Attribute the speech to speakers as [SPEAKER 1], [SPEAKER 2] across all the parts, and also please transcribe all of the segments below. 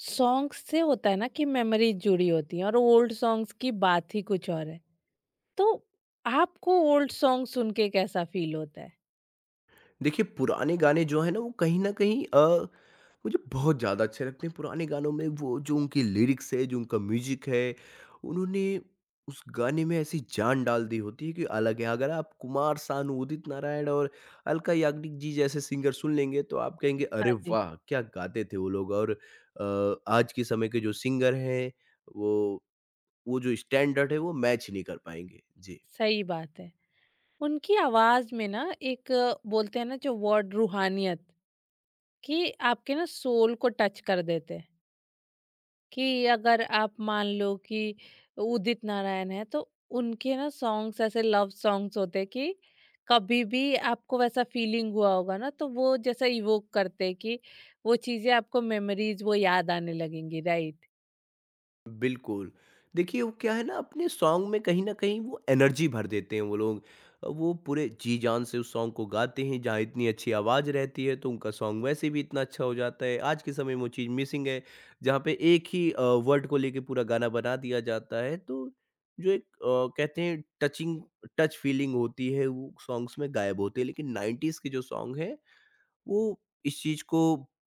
[SPEAKER 1] Songs से होता है ना कि मेमोरीज जुड़ी होती हैं और ओल्ड सॉन्ग्स की बात ही कुछ और है। तो आपको ओल्ड सॉन्ग सुन के कैसा फ़ील होता है?
[SPEAKER 2] देखिए, पुराने गाने जो हैं ना वो कहीं न कहीं मुझे बहुत ज़्यादा अच्छे लगते हैं। पुराने गानों में वो जो उनकी लिरिक्स है, जो उनका म्यूज़िक है, उन्होंने उस गाने में ऐसी जान डाल दी होती है कि अलग है। अगर आप कुमार सानू, उदित नारायण और अलका याग्निक जी जैसे सिंगर सुन लेंगे तो आप कहेंगे, "अरे
[SPEAKER 1] हाँ जी।
[SPEAKER 2] वाह! क्या गाते थे वो लोग।" और आज के समय के जो सिंगर हैं, वो वो जो स्टैंडर्ड है वो मैच ही नहीं कर पाएँगे। जी।
[SPEAKER 1] सही बात है। उनकी आवाज़ में ना एक बोलते हैं ना जो वर्ड रूहानियत कि आपके ना सोल को टच कर देते हैं। कि अगर आप मान लो कि उदित नारायण है तो उनके ना सॉन्ग्स ऐसे लव सॉन्ग्स होते हैं कि कभी भी आपको वैसा फीलिंग हुआ होगा ना तो वो जैसा इवोक करते हैं कि वो चीजें आपको मेमोरीज वो याद आने लगेंगी, राइट।
[SPEAKER 2] बिल्कुल। देखिए, वो क्या है ना, अपने सॉन्ग में कहीं न कहीं वो एनर्जी भर देते हैं वो लोग। वो पूरे जी-जान से उस सॉन्ग को गाते हैं, जहाँ इतनी अच्छी आवाज़ रहती है तो उनका सॉन्ग वैसे भी इतना अच्छा हो जाता है। आज के समय में वो चीज़ मिसिंग है, जहाँ पे एक ही वर्ड को लेके पूरा गाना बना दिया जाता है। तो जो एक कहते हैं टचिंग टच फीलिंग होती है, वो सॉन्ग्स में गायब होती है। लेकिन 90s के जो सॉन्ग हैं, वो इस चीज़ को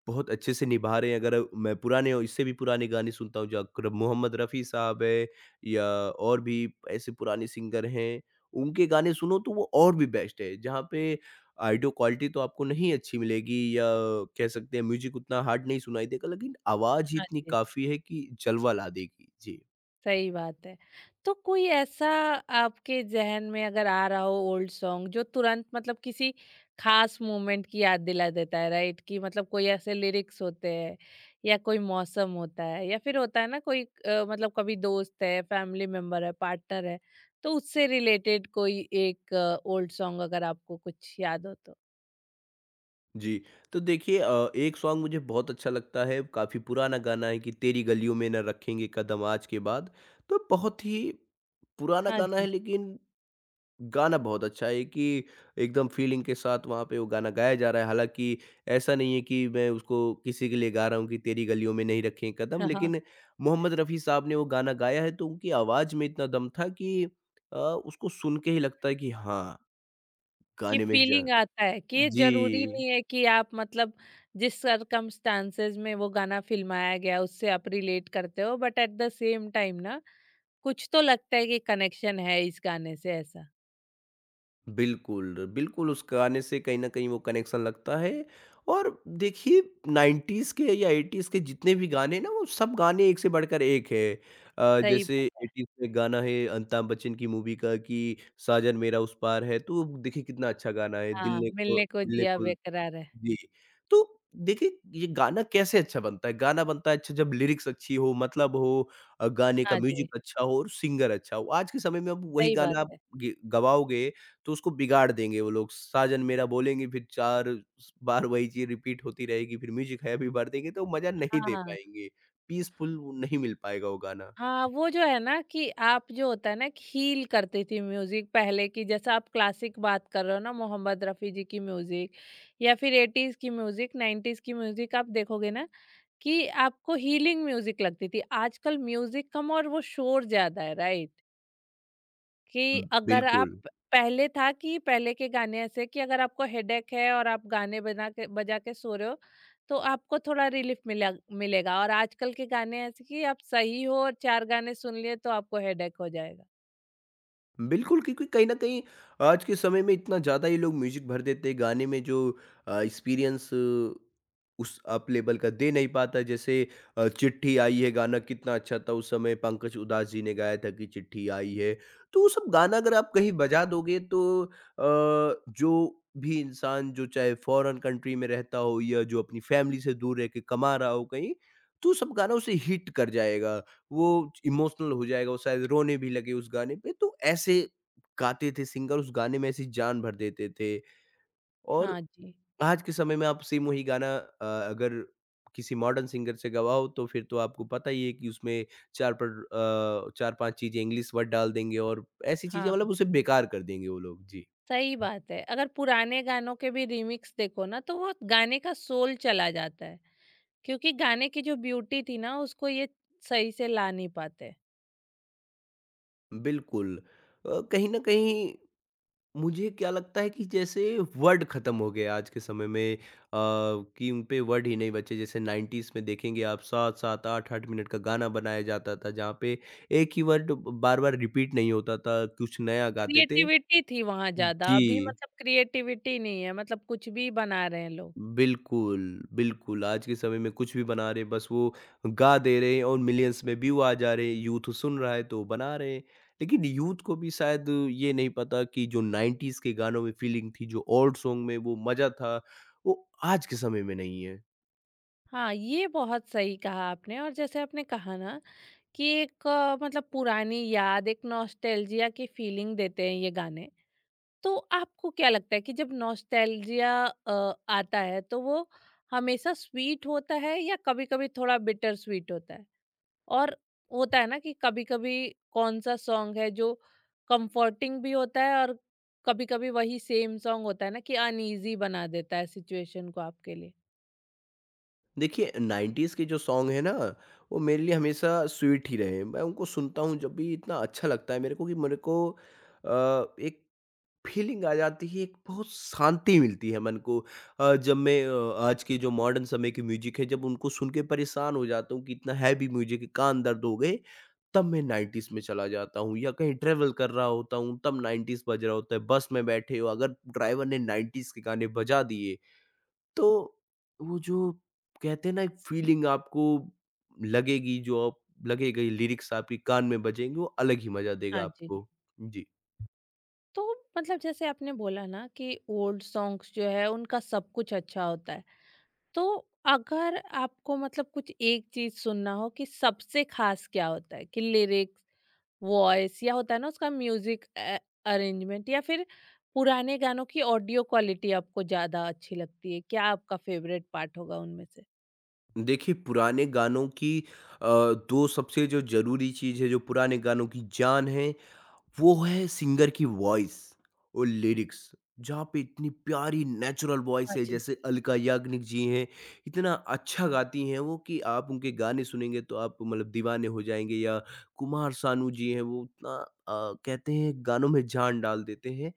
[SPEAKER 2] बहुत अच्छे से निभा रहे हैं। अगर मैं पुराने और इससे भी पुराने गाने सुनता हूँ जो अकरम मोहम्मद रफ़ी साहब है या और भी ऐसे पुराने सिंगर हैं, उनके गाने सुनो तो वो और भी बेस्ट है। जहाँ पे ऑडियो क्वालिटी तो आपको नहीं अच्छी मिलेगी या कह सकते हैं म्यूज़िक उतना हार्ड नहीं सुनाई देगा, लेकिन आवाज़ ही
[SPEAKER 1] हाँ,
[SPEAKER 2] इतनी काफ़ी है कि जलवा ला देगी। जी।
[SPEAKER 1] सही बात है। तो कोई ऐसा आपके ज़हन में अगर आ रहा हो ओल्ड सॉन्ग जो तुरंत मतलब किसी खास मोमेंट की याद दिला देता है, राइट? कि मतलब कोई ऐसे लिरिक्स होते हैं या कोई मौसम होता है या फिर होता है ना कोई मतलब कभी दोस्त है, फैमिली मेंबर है, पार्टनर है, तो उससे रिलेटेड कोई एक ओल्ड सॉन्ग अगर आपको कुछ याद हो तो?
[SPEAKER 2] जी, तो देखिए एक सॉन्ग मुझे बहुत अच्छा लगता है, काफ़ी पुराना गाना है कि तेरी गलियों में ना रखेंगे कदम आज के बाद। तो बहुत ही पुराना
[SPEAKER 1] हाँ
[SPEAKER 2] गाना है,
[SPEAKER 1] जी।
[SPEAKER 2] लेकिन गाना बहुत अच्छा है कि एकदम फ़ीलिंग के साथ वहाँ पे वो गाना गाया जा रहा है। हालाँकि ऐसा नहीं है कि मैं उसको किसी के लिए गा रहा हूँ कि तेरी गलियों में नहीं रखें कदम, लेकिन मोहम्मद रफ़ी साहब ने वो गाना गाया है तो उनकी आवाज़ में इतना दम था कि उसको सुन के ही लगता है कि हाँ,
[SPEAKER 1] कि
[SPEAKER 2] गाने में जान।
[SPEAKER 1] फीलिंग आता है कि ये
[SPEAKER 2] जी।
[SPEAKER 1] जरूरी नहीं है कि आप मतलब जिस सरकमस्टांसेस में वो गाना फिल्माया गया उससे आप रिलेट करते हो, but at the same time ना कुछ तो लगता है कि कनेक्शन है इस गाने से ऐसा।
[SPEAKER 2] बिल्कुल, बिल्कुल उस गाने से कहीं न कहीं वो कनेक्शन लगता है। और देखिए, 90s के या 80s के जितने भी गाने हैं ना, वो सब गाने एक से बढ़कर एक है।
[SPEAKER 1] सही
[SPEAKER 2] जैसे
[SPEAKER 1] बात है।
[SPEAKER 2] 80s में गाना है अमिताभ बच्चन की मूवी का कि साजन मेरा उस पार है, तो देखिए कितना अच्छा गाना है, दिल
[SPEAKER 1] हाँ,
[SPEAKER 2] ने खो
[SPEAKER 1] मिलने को
[SPEAKER 2] दिल ने
[SPEAKER 1] जिया
[SPEAKER 2] खो।
[SPEAKER 1] बेकरार है।
[SPEAKER 2] जी, तो देखिए ये गाना कैसे अच्छा बनता है? गाना बनता है अच्छा जब लिरिक्स अच्छी हो, मतलब हो, गाने का
[SPEAKER 1] हाँ जी।
[SPEAKER 2] म्यूज़िक अच्छा हो और सिंगर अच्छा हो। आज के समय में अब वही
[SPEAKER 1] सही बात
[SPEAKER 2] गाना आप
[SPEAKER 1] है।
[SPEAKER 2] गे गवाओगे तो उसको बिगाड़ देंगे वो लोग। साजन मेरा बोलेंगे फिर 4 स बार, वही चीज़ रिपीट होती रहेगी, फिर म्यूज़िक है भी भर देंगे तो मज़ा नहीं दे
[SPEAKER 1] हाँ।
[SPEAKER 2] पाएँगे। पीसफुल वो नहीं मिल पाएगा वो गाना।
[SPEAKER 1] हाँ, वो जो है ना कि आप जो होता है ना हील करती थी म्यूजिक पहले की, जैसा आप क्लासिक बात कर रहे हो ना मोहम्मद रफ़ी जी की म्यूजिक या फिर एटीज की म्यूजिक, नाइन्टीज की म्यूजिक, आप देखोगे ना कि आपको हीलिंग म्यूजिक लगती थी। आजकल म्यूजिक कम और वो शोर ज़्यादा है, राइट? कि
[SPEAKER 2] हुँ,
[SPEAKER 1] अगर आप
[SPEAKER 2] बिल्कुल।
[SPEAKER 1] पहले था कि पहले के गाने ऐसे कि अगर आपको हेडेक है और आप गाने बना के बजा के सो रहे हो, तो आपको थोड़ा रिलीफ मिला मिलेगा और आजकल के गाने ऐसे कि आप सही हो और 4 गाने सुन लिए तो आपको हेडेक हो जाएगा।
[SPEAKER 2] बिल्कुल, क्योंकि कहीं न कहीं आज के समय में इतना ज़्यादा ये लोग म्यूज़िक भर देते हैं, गाने में जो एक्सपीरियंस उस अप लेवल का, दे नहीं पाता। जैसे चिट्ठी आई है, गाना कितना अच्छा था उस समय, पंकज उधास जी ने गाया था कि चिट्ठी आई है। तो वो सब गाना अगर आप कहीं बजा दोगे तो जो भी इंसान जो चाहे फ़ॉरेन कंट्री में रहता हो या जो अपनी फैमिली से दूर रह के कमा रहा हो कहीं, तो सब गाना उसे हिट कर जाएगा। वो इमोशनल हो जाएगा, वो शायद रोने भी लगे उस गाने पे, तो ऐसे गाते थे सिंगर, उस गाने में ऐसी जान भर देते थे। और
[SPEAKER 1] हाँ जी।
[SPEAKER 2] आज के समय में आप सेम वही गाना अगर किसी मॉडर्न सिंगर से गवाओ, तो फिर तो आपको पता ही है कि उसमें 4 4-5 चीज़ें इंग्लिश वर्ड डाल देंगे और ऐसी चीज़ें,
[SPEAKER 1] हाँ,
[SPEAKER 2] मतलब उसे बेकार कर देंगे वो लोग। जी,
[SPEAKER 1] सही बात है। अगर पुराने गानों के भी रीमिक्स देखो ना, तो वो गाने का सोल चला जाता है। क्योंकि गाने की जो ब्यूटी थी ना उसको ये सही से ला नहीं पाते।
[SPEAKER 2] बिल्कुल। कहीं न कहीं मुझे क्या लगता है कि जैसे वर्ड ख़त्म हो गए आज के समय में, कि उन पे वर्ड ही नहीं बचे। जैसे 90s में देखेंगे आप, 7-7 8-8 मिनट का गाना बनाया जाता था, जहाँ पे एक ही वर्ड बार-बार रिपीट नहीं होता था, कुछ नया गाते थे।
[SPEAKER 1] क्रिएटिविटी थी वहाँ ज़्यादा, अभी
[SPEAKER 2] जी।
[SPEAKER 1] मतलब क्रिएटिविटी नहीं है, मतलब कुछ भी बना रहे हैं लोग।
[SPEAKER 2] बिल्कुल, बिल्कुल, आज के समय में कुछ भी बना रहे, बस वो गा दे रहे हैं और मिलियंस में व्यू आ जा रहे हैं, यूथ सुन रहा है तो वो बना रहे हैं। लेकिन यूथ को भी शायद ये नहीं पता कि जो 90s के गानों में फीलिंग थी, जो ओल्ड सॉन्ग में वो मज़ा था, वो आज के समय में नहीं है।
[SPEAKER 1] हाँ, ये बहुत सही कहा आपने। और जैसे आपने कहा ना कि एक मतलब पुरानी याद, एक नॉस्टैल्जिया की फीलिंग देते हैं ये गाने। तो आपको क्या लगता है कि जब नॉस्टैल्जिया आता है तो वो हमेशा स्वीट होता है या कभी-कभी थोड़ा बिटर स्वीट होता है? और होता है ना कि कभी-कभी कौन सा सॉन्ग है जो कंफर्टिंग भी होता है और कभी-कभी वही सेम सॉन्ग होता है ना कि अनईजी बना देता है सिचुएशन को आपके लिए।
[SPEAKER 2] देखिए, 90s के जो सॉन्ग हैं ना, वो मेरे लिए हमेशा स्वीट ही रहे हैं। मैं उनको सुनता हूँ जब भी, इतना अच्छा लगता है मेरे को, कि मेरे को एक फ़ीलिंग आ जाती है, एक बहुत शांति मिलती है मन को। जब मैं आज के जो मॉडर्न समय के म्यूज़िक है, जब उनको सुन के परेशान हो जाता हूँ कि इतना हैवी म्यूज़िक है, कान दर्द हो गए, तब मैं 90s में चला जाता हूँ। या कहीं ट्रैवल कर रहा होता हूँ, तब 90s बज रहा होता है। बस में बैठे हो, अगर ड्राइवर ने 90s के गाने बजा दिए, तो वो जो कहते हैं ना, एक फ़ीलिंग आपको लगेगी, जो आप, लगेगा, ये लिरिक्स आपके कान में बजेंगे, वो अलग ही मज़ा देगा
[SPEAKER 1] हाँ जी।
[SPEAKER 2] आपको। जी।
[SPEAKER 1] तो मतलब जैसे आपने बोला ना कि ओल्ड सॉन्ग्स जो है उनका सब कुछ अच्छा होता है। तो अगर आपको मतलब कुछ एक चीज़ सुनना हो कि सबसे खास क्या होता है? कि लिरिक्स, वॉइस, या होता है ना उसका म्यूजिक अरेंजमेंट, या फिर पुराने गानों की ऑडियो क्वालिटी आपको ज्यादा अच्छी लगती है, क्या आपका फेवरेट पार्ट होगा उनमें से?
[SPEAKER 2] देखिए, पुराने गानों की अ, 2 सबसे जो ज़रूरी चीज़ है, जो पुराने गानों की जान है, वो है सिंगर की वॉइस और लिरिक्स। जहाँ पे इतनी प्यारी नेचुरल
[SPEAKER 1] हाँ
[SPEAKER 2] वॉइस है,
[SPEAKER 1] जी।
[SPEAKER 2] जैसे अलका याग्निक जी हैं, इतना अच्छा गाती हैं वो कि आप उनके गाने सुनेंगे तो आप मतलब दीवाने हो जाएँगे। या कुमार सानू जी हैं, वो इतना कहते हैं गानों में जान डाल देते हैं।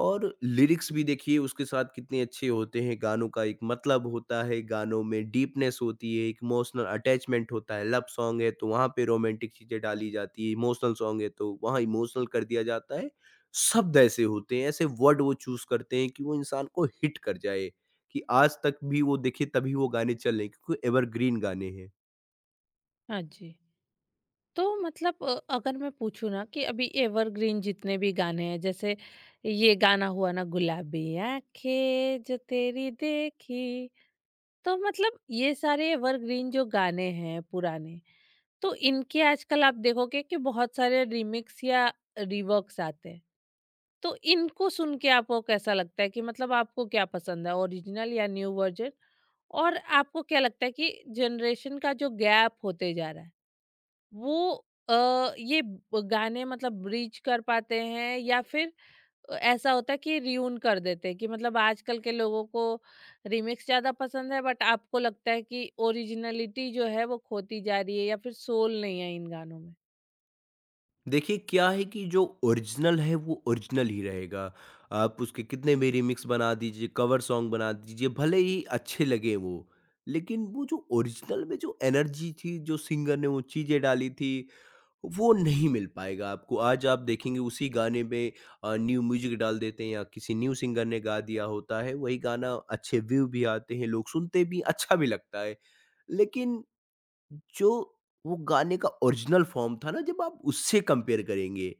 [SPEAKER 2] और लिरिक्स भी देखिए उसके साथ कितने अच्छे होते हैं, गानों का एक मतलब होता है, गानों में डीपनेस होती है, एक इमोशनल अटैचमेंट होता है, लव सॉन्ग है तो वहाँ पे रोमांटिक चीज़ें डाली जाती है, इमोशनल सॉन्ग है तो वहाँ इमोशनल कर दिया जाता है। शब्द ऐसे होते हैं, ऐसे वर्ड वो चूज़ करते हैं कि वो इंसान को हिट कर जाए, कि आज तक भी वो देखे तभी वो गाने चलें, क्योंकि एवरग्रीन गाने हैं।
[SPEAKER 1] हाँ जी। तो मतलब अगर मैं पूछूं ना कि अभी एवरग्रीन जितने भी गाने हैं, जैसे ये गाना हुआ ना गुलाबी आंखें जो तेरी देखी, तो मतलब ये सारे एवरग्रीन जो गाने हैं पुराने, तो इनके आजकल आप देखोगे कि बहुत सारे रिमिक्स या रिवर्क्स आते हैं, तो इनको सुन के आपको कैसा लगता है कि मतलब आपको क्या पसंद है, ओरिजिनल या न्यू वर्जन? और आपको क्या लगता है कि जनरेशन का जो गैप होते जा रहा है वो ये ब गाने मतलब ब्रिज कर पाते हैं या फिर ऐसा होता है कि रियून कर देते हैं कि मतलब आजकल के लोगों को रीमिक्स ज़्यादा पसंद है, बट आपको लगता है कि ओरिजिनलिटी जो है वो खोती जा रही है या फिर सोल नहीं है इन गानों में?
[SPEAKER 2] देखिए, क्या है कि जो ओरिजिनल है वो ओरिजिनल ही रहेगा। आप उसके कितने भी रीमिक्स बना दीजिए, कवर सॉन्ग बना दीजिए, भले ही अच्छे लगें वो। लेकिन वो जो ओरिजिनल में जो एनर्जी थी, जो सिंगर ने वो चीज़ें डाली थी, वो नहीं मिल पाएगा आपको। आज आप देखेंगे उसी गाने में न्यू म्यूज़िक डाल देते हैं या किसी न्यू सिंगर ने गा दिया होता है, वही गाना, अच्छे व्यू भी आते हैं, लोग सुनते भी, अच्छा भी लगता है। लेकिन जो वो गाने का ओरिजिनल फ़ॉर्म था ना, जब आप उससे कंपेयर करेंगे,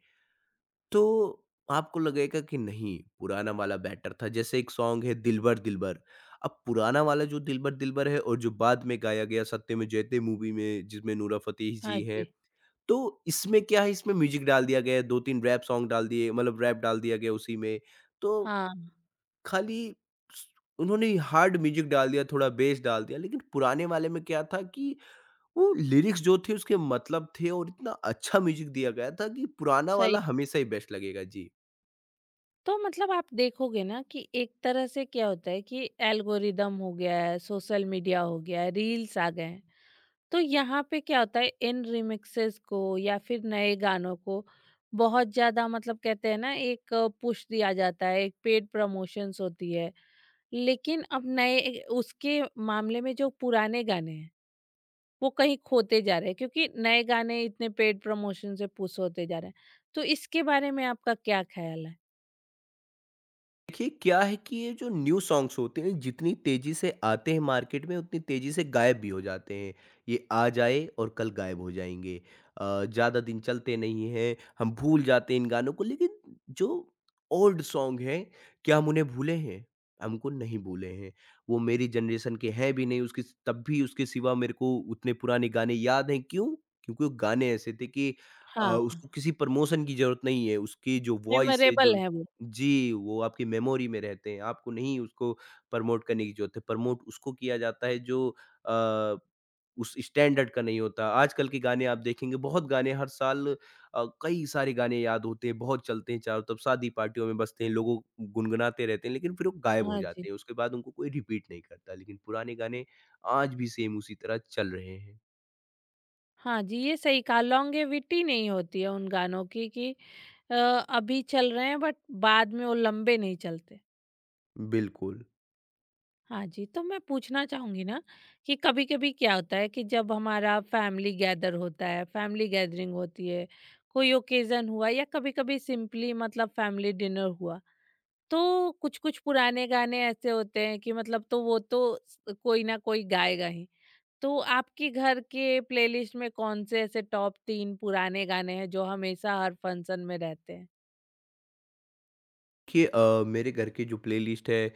[SPEAKER 2] तो आपको लगेगा कि नहीं, पुराना वाला बेटर था। जैसे एक सॉन्ग है दिलबर दिलबर, अब पुराना वाला जो दिलबर दिलबर है और जो बाद में गाया गया सत्यम जयते मूवी में, जिसमें नूरा फ़तेही जी
[SPEAKER 1] हाँ
[SPEAKER 2] हैं,
[SPEAKER 1] जी।
[SPEAKER 2] तो इसमें क्या है, इसमें म्यूज़िक डाल दिया गया है, 2-3 रैप सॉन्ग डाल दिए, मतलब रैप डाल दिया गया उसी में। तो
[SPEAKER 1] हाँ,
[SPEAKER 2] खाली स उन्होंने हार्ड म्यूज़िक डाल दिया, थोड़ा बेस डाल दिया, लेकिन पुराने वाले में क्या था कि वो लिरिक्स जो थे उसके मतलब थे, और इतना अच्छा म्यूज़िक दिया गया था कि पुराना
[SPEAKER 1] सही।
[SPEAKER 2] वाला हमेशा ही बेस्ट लगेगा। जी।
[SPEAKER 1] तो मतलब आप देखोगे ना कि एक तरह से क्या होता है कि एल्गोरिदम हो गया है, सोशल मीडिया हो गया है, रील्स आ गए हैं, तो यहाँ पे क्या होता है इन रिमिक्सेस को या फिर नए गानों को बहुत ज्यादा मतलब कहते हैं ना एक पुश दिया जाता है, एक पेड प्रमोशंस होती है। लेकिन अब नए उसके मामले में जो पुराने गाने हैं वो कहीं खोते जा रहे हैं, क्योंकि नए गाने इतने पेड प्रमोशन से पुश होते जा रहे हैं। तो इसके बारे में आपका क्या ख्याल है?
[SPEAKER 2] देखिए, क्या है कि ये जो न्यू सॉन्ग्स होते हैं, जितनी तेजी से आते हैं मार्केट में उतनी तेजी से गायब भी हो जाते हैं। ये आ जाए और कल गायब हो जाएंगे, ज़्यादा दिन चलते नहीं हैं, हम भूल जाते हैं इन गानों को। लेकिन जो ओल्ड सॉन्ग हैं, क्या हम उन्हें भूले हैं? हमको नहीं भूले हैं। वो मेरी जनरेशन के हैं भी नहीं उसके, तब भी उसके सिवा मेरे को उतने पुराने गाने याद हैं, क्यों? क्योंकि वो गाने ऐसे थे कि
[SPEAKER 1] हाँ,
[SPEAKER 2] उसको किसी प्रमोशन की जरूरत नहीं है। उसकी जो वॉइस है, जो
[SPEAKER 1] मेमोरेबल है वो।
[SPEAKER 2] जी, वो आपकी मेमोरी में रहते हैं, आपको नहीं उसको प्रमोट करने की ज़रूरत है। प्रमोट उसको किया जाता है जो अ, उस स्टैंडर्ड का नहीं होता। आजकल के गाने आप देखेंगे, बहुत गाने हर साल, कई सारे गाने याद होते हैं, बहुत चलते हैं चारों तरफ, शादी पार्टियों में बजते हैं, लोगों गुनगुनाते रहते हैं, लेकिन फिर वो गायब हो
[SPEAKER 1] हाँ जी।
[SPEAKER 2] जाते हैं, उसके बाद उनको कोई रिपीट नहीं करता। लेकिन पुराने गाने आज भी सेम उसी तरह चल रहे हैं।
[SPEAKER 1] हाँ जी, ये सही कहा, लॉन्गेविटी नहीं होती है उन गानों की कि अभी चल रहे हैं, बट बाद में वो लंबे नहीं चलते।
[SPEAKER 2] बिल्कुल।
[SPEAKER 1] हाँ जी, तो मैं पूछना चाहूँगी ना कि कभी-कभी क्या होता है कि जब हमारा फैमिली गैदर होता है, फैमिली गैदरिंग होती है, कोई ओकेज़न हुआ या कभी-कभी सिंपली मतलब फैमिली डिनर हुआ, तो कुछ-कुछ पुराने गाने ऐसे होते हैं कि मतलब तो वो तो स कोई ना कोई गाएगा ही। तो आपके घर के प्लेलिस्ट में कौन से ऐसे टॉप 3 पुराने गाने हैं जो हमेशा हर फंक्शन में रहते हैं?
[SPEAKER 2] देखिए, मेरे घर की जो प्लेलिस्ट है,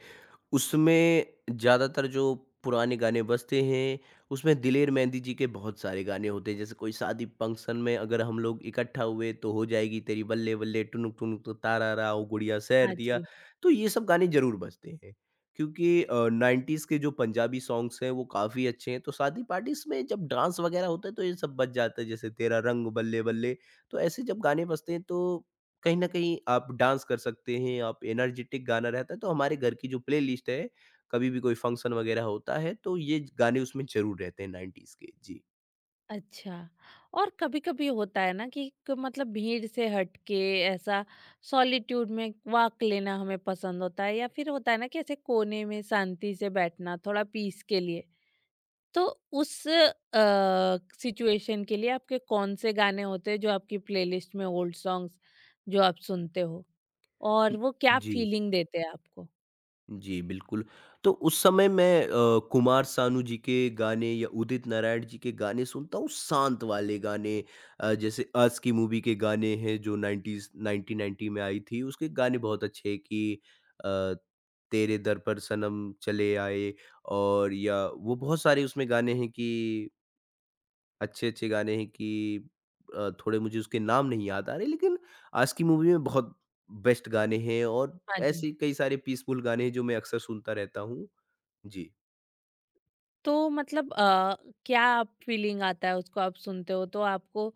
[SPEAKER 2] उसमें ज़्यादातर जो पुराने गाने बजते हैं, उसमें दिलेर मेहंदी जी के बहुत सारे गाने होते हैं। जैसे कोई शादी फंक्शन में अगर हम लोग इकट्ठा हुए, तो हो जाएगी तेरी बल्ले बल्ले, टुनुक टुनुक तारारा, ओ गुड़िया सैर
[SPEAKER 1] हाँ
[SPEAKER 2] दिया।
[SPEAKER 1] जी।
[SPEAKER 2] तो ये सब गाने ज़रूर बजते हैं, क्योंकि 90s के जो पंजाबी सॉन्ग्स हैं वो काफ़ी अच्छे हैं। तो शादी पार्टीज़ में जब डांस वगैरह होता है, तो ये सब बज जाता है, जैसे तेरा रंग बल्ले बल्ले। तो ऐसे जब गाने बजते हैं, तो कहीं न कहीं आप डांस कर सकते हैं, आप एनर्जेटिक गाना रहता है, तो हमारे घर की जो प्लेलिस्ट है, कभी भी कोई फंक्शन वगैरह होता है तो ये गाने उसमें ज़रूर रहते हैं 90s के। जी।
[SPEAKER 1] अच्छा। और कभी-कभी होता है ना कि क मतलब भीड़ से हट के ऐसा सॉलिट्यूड में वॉक लेना हमें पसंद होता है या फिर होता है ना कि ऐसे कोने में शांति से बैठना थोड़ा पीस के लिए। तो उस सिचुएशन के लिए आपके कौन से गाने होते हैं जो आपकी प्लेलिस्ट में ओल्ड सॉन्ग्स जो आप सुनते हो, और वो क्या
[SPEAKER 2] जी।
[SPEAKER 1] फीलिंग देते हैं आपको?
[SPEAKER 2] जी, बिल्कुल। तो उस समय मैं कुमार सानू जी के गाने या उदित नारायण जी के गाने सुनता हूँ, शांत वाले गाने। जैसे अस की मूवी के गाने हैं जो 90s 1990 में आई थी, उसके गाने बहुत अच्छे हैं कि अ, तेरे दर पर सनम चले आए। और या वो बहुत सारे उसमें गाने हैं कि अच्छे-अच्छे गाने हैं कि थोड़े मुझे उसके नाम नहीं याद आ रहे, लेकिन आज की मूवी में बहुत बेस्ट गाने हैं। और
[SPEAKER 1] हाँ
[SPEAKER 2] ऐसे
[SPEAKER 1] जी।
[SPEAKER 2] ही कई सारे पीसफुल गाने हैं जो मैं अक्सर सुनता रहता हूँ। जी।
[SPEAKER 1] तो मतलब क्या आप फीलिंग आता है उसको आप सुनते हो तो आपको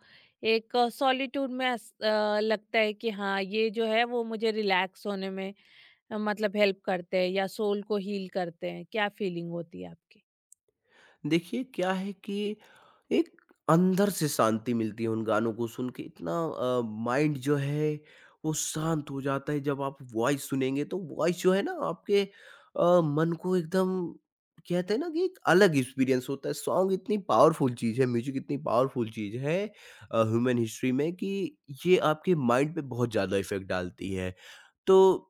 [SPEAKER 1] एक सॉलिट्यूड में अस लगता है कि हाँ, ये जो है वो मुझे रिलैक्स होने में मतलब हेल्प करते हैं या सोल को हील करते हैं, क्या फीलिंग होती है आपकी?
[SPEAKER 2] देखिए, क्या है कि एक अंदर से शांति मिलती है उन गानों को सुन के, इतना माइंड जो है वो शांत हो जाता है। जब आप वॉइस सुनेंगे तो वॉइस जो है ना, आपके मन को एकदम, कहते हैं ना, कि एक अलग एक्सपीरियंस होता है। सॉन्ग इतनी पावरफुल चीज़ है, म्यूजिक इतनी पावरफुल चीज़ है ह्यूमन हिस्ट्री में, कि ये आपके माइंड पे बहुत ज़्यादा इफेक्ट डालती है। तो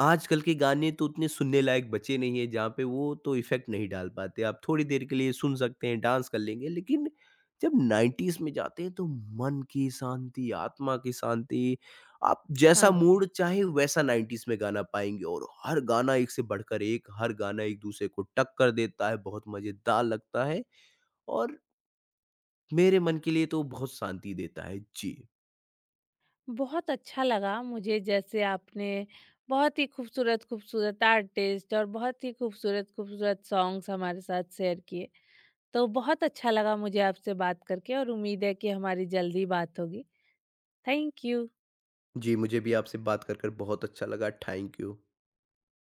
[SPEAKER 2] आजकल के गाने तो उतने सुनने लायक बचे नहीं है, जहाँ पे वो तो इफ़ेक्ट नहीं डाल पाते। आप थोड़ी देर के लिए सुन सकते हैं, डांस कर लेंगे, लेकिन जब 90s में जाते हैं तो मन की शांति, आत्मा की शांति, आप जैसा
[SPEAKER 1] हाँ
[SPEAKER 2] मूड
[SPEAKER 1] जी।
[SPEAKER 2] चाहे वैसा 90s में गाना पाएँगे। और हर गाना एक से बढ़कर एक, हर गाना एक दूसरे को टक्कर देता है, बहुत मज़ेदार लगता है। और मेरे मन के लिए तो बहुत शांति देता है। जी।
[SPEAKER 1] बहुत अच्छा लगा मुझे जैसे आपने बहुत ही खूबसूरत खूबसूरत आर्टिस्ट और बहुत ही खूबसूरत खूबसूरत सॉन्ग्स हमारे साथ शेयर किए। तो बहुत अच्छा लगा मुझे आपसे बात करके और उम्मीद है कि हमारी जल्दी बात होगी। Thank you.
[SPEAKER 2] जी, मुझे भी आपसे बात कर बहुत अच्छा लगा। Thank you.